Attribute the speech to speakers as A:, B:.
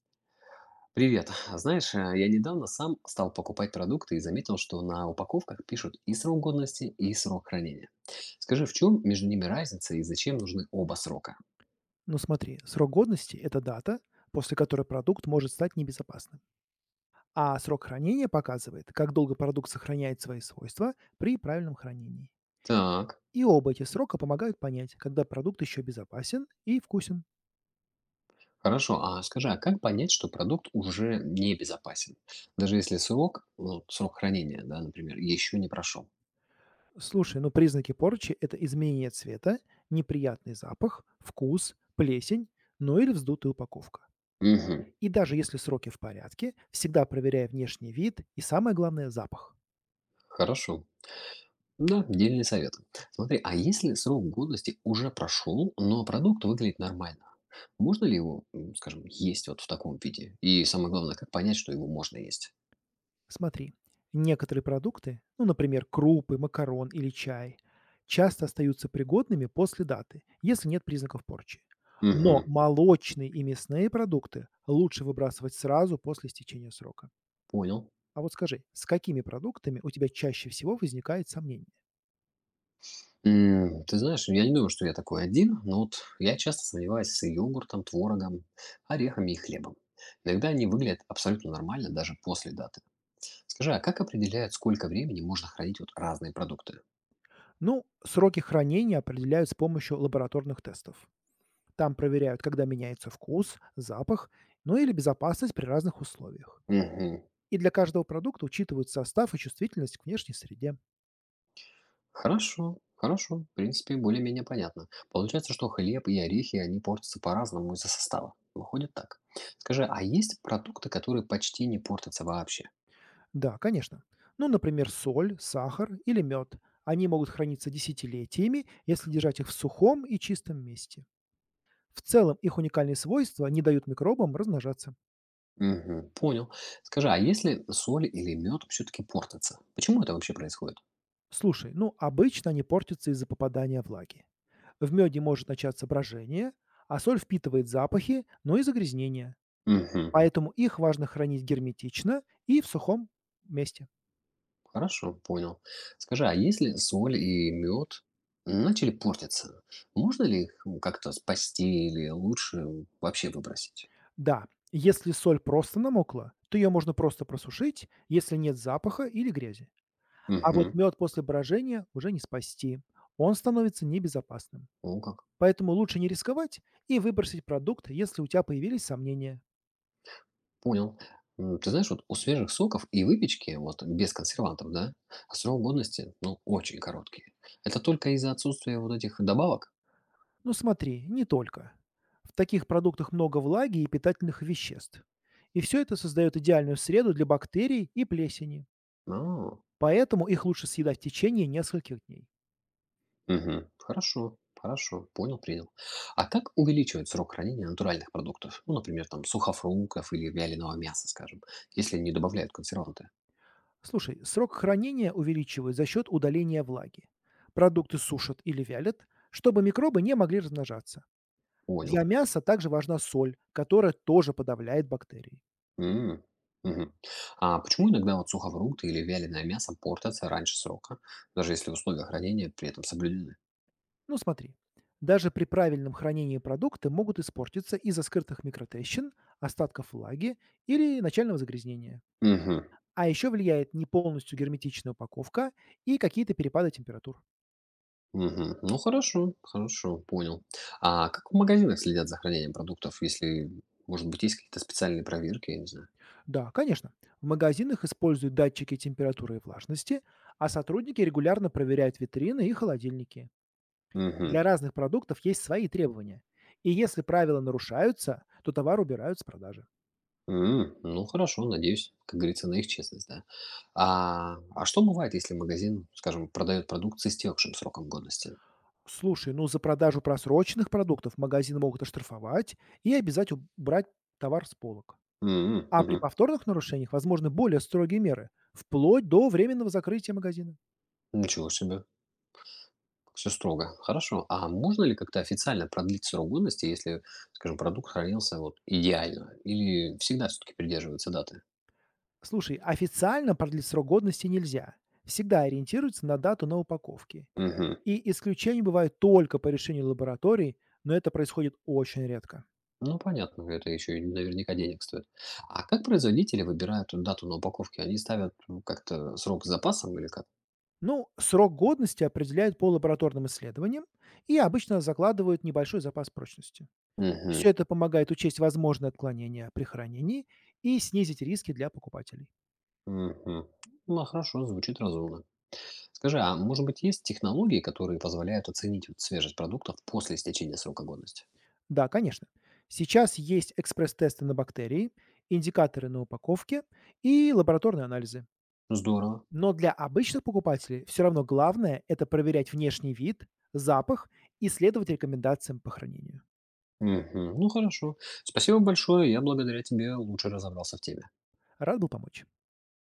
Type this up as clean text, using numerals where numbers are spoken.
A: Привет. Знаешь, я недавно сам стал покупать продукты и заметил, что на упаковках пишут и срок годности, и срок хранения. Скажи, в чем между ними разница и зачем нужны оба срока?
B: Ну смотри, срок годности– это дата, после которой продукт может стать небезопасным. А срок хранения показывает, как долго продукт сохраняет свои свойства при правильном хранении.
A: Так,
B: И оба эти срока помогают понять, когда продукт еще безопасен и вкусен.
A: хорошо. А скажи, а как понять, что продукт уже не безопасен? Даже если срок хранения, да, например, еще не прошел.
B: Слушай, ну признаки порчи– это изменение цвета, неприятный запах, вкус, плесень, ну или вздутая упаковка.
A: Угу,
B: И даже если сроки в порядке, всегда проверяй внешний вид и, самое главное, запах.
A: хорошо. Да, дельный совет. Смотри, а если срок годности уже прошел, но продукт выглядит нормально, можно ли его, скажем, есть вот в таком виде? И самое главное, как понять, что его можно есть?
B: Смотри, некоторые продукты, ну, например, крупы, макарон или чай, часто остаются пригодными после даты, если нет признаков порчи. Но
A: Угу,
B: молочные и мясные продукты лучше выбрасывать сразу после истечения срока.
A: понял.
B: А вот скажи, с какими продуктами у тебя чаще всего возникает сомнение?
A: Ты знаешь, я не думаю, что я такой один, но вот я часто сомневаюсь с йогуртом, творогом, орехами и хлебом. Иногда они выглядят абсолютно нормально даже после даты. Скажи, а как определяют, сколько времени можно хранить вот разные продукты?
B: Ну, сроки хранения определяют с помощью лабораторных тестов. Там проверяют, когда меняется вкус, запах, ну или безопасность при разных условиях.
A: Мгм.
B: И для каждого продукта учитывают состав и чувствительность к внешней среде.
A: Хорошо, хорошо. В принципе, более-менее понятно. Получается, что хлеб и орехи, они портятся по-разному из-за состава. Выходит так. Скажи, а есть продукты, которые почти не портятся вообще?
B: Да, конечно. Ну, например, соль, сахар или мед. Они могут храниться десятилетиями, если держать их в сухом и чистом месте. В целом их уникальные свойства не дают микробам размножаться.
A: Мгм, понял. Скажи, а если соль или мед все-таки портятся? Почему это вообще происходит?
B: Слушай, ну обычно они портятся из-за попадания влаги. В меде может начаться брожение, а соль впитывает запахи, но и загрязнения.
A: Угу,
B: Поэтому их важно хранить герметично и в сухом месте.
A: хорошо, понял. Скажи, а если соль и мед начали портиться, можно ли их как-то спасти или лучше вообще выбросить?
B: Да, если соль просто намокла, то ее можно просто просушить, если нет запаха или грязи. А вот
A: Угу,
B: мед после брожения уже не спасти. Он становится небезопасным.
A: ну как.
B: Поэтому лучше не рисковать и выбросить продукт, если у тебя появились сомнения.
A: Понял. Ты знаешь, вот у свежих соков и выпечки, вот без консервантов, да, срок годности, ну, очень короткий. Это только из-за отсутствия вот этих добавок?
B: Ну смотри, не только. В таких продуктах много влаги и питательных веществ. И все это создает идеальную среду для бактерий и плесени.
A: А,
B: Поэтому их лучше съедать в течение нескольких дней.
A: мгм. Хорошо, хорошо, понял, принял. А как увеличивать срок хранения натуральных продуктов? Ну, например, там сухофруктов или вяленого мяса, скажем, если не добавляют консерванты.
B: Слушай, срок хранения увеличивают за счет удаления влаги. Продукты сушат или вялят, чтобы микробы не могли размножаться. Для
A: Понял.
B: мяса также важна соль, которая тоже подавляет бактерии.
A: М, мгм. А почему иногда вот сухофрукты или вяленое мясо портятся раньше срока, даже если условия хранения при этом соблюдены?
B: Ну смотри, даже при правильном хранении продукты могут испортиться из-за скрытых микротрещин, остатков влаги или начального загрязнения.
A: Мгм.
B: А еще влияет не полностью герметичная упаковка и какие-то перепады температур.
A: Мгм. Ну хорошо, хорошо, понял. А как в магазинах следят за хранением продуктов, если, может быть, есть какие-то специальные проверки, я не знаю?
B: Да, конечно. В магазинах используют датчики температуры и влажности, а сотрудники регулярно проверяют витрины и холодильники. Для
A: Мгм.
B: разных продуктов есть свои требования. И если правила нарушаются, то товар убирают с продажи.
A: Ну хорошо, надеюсь, как говорится, на их честность, да. А что бывает, если магазин, скажем, продает продукт с истекшим сроком годности?
B: Слушай, ну за продажу просроченных продуктов магазины могут оштрафовать и обязать убрать товар с полок. А при
A: Мгм.
B: повторных нарушениях возможны более строгие меры, вплоть до временного закрытия магазина.
A: Ничего себе, все строго. Хорошо. А можно ли как-то официально продлить срок годности, если, скажем, продукт хранился вот идеально? Или всегда все-таки придерживаются даты?
B: Слушай, официально продлить срок годности нельзя. Всегда ориентируются на дату на упаковке.
A: Мгм.
B: И исключения бывают только по решению лабораторий, но это происходит очень редко.
A: Ну, понятно, это еще и наверняка денег стоит. А как производители выбирают дату на упаковке? Они ставят ну, как-то срок с запасом или как?
B: Ну, срок годности определяют по лабораторным исследованиям и обычно закладывают небольшой запас прочности. Все
A: Угу,
B: это помогает учесть возможные отклонения при хранении и снизить риски для покупателей.
A: угу. Ну, хорошо, звучит разумно. Скажи, а может быть есть технологии, которые позволяют оценить вот свежесть продуктов после истечения срока годности?
B: Да, конечно. Сейчас есть экспресс-тесты на бактерии, индикаторы на упаковке и лабораторные анализы.
A: Здорово.
B: Но для обычных покупателей все равно главное- это проверять внешний вид, запах и следовать рекомендациям по хранению.
A: Мгм, Ну, хорошо. Спасибо большое, я благодаря тебе лучше разобрался в теме.
B: Рад был помочь.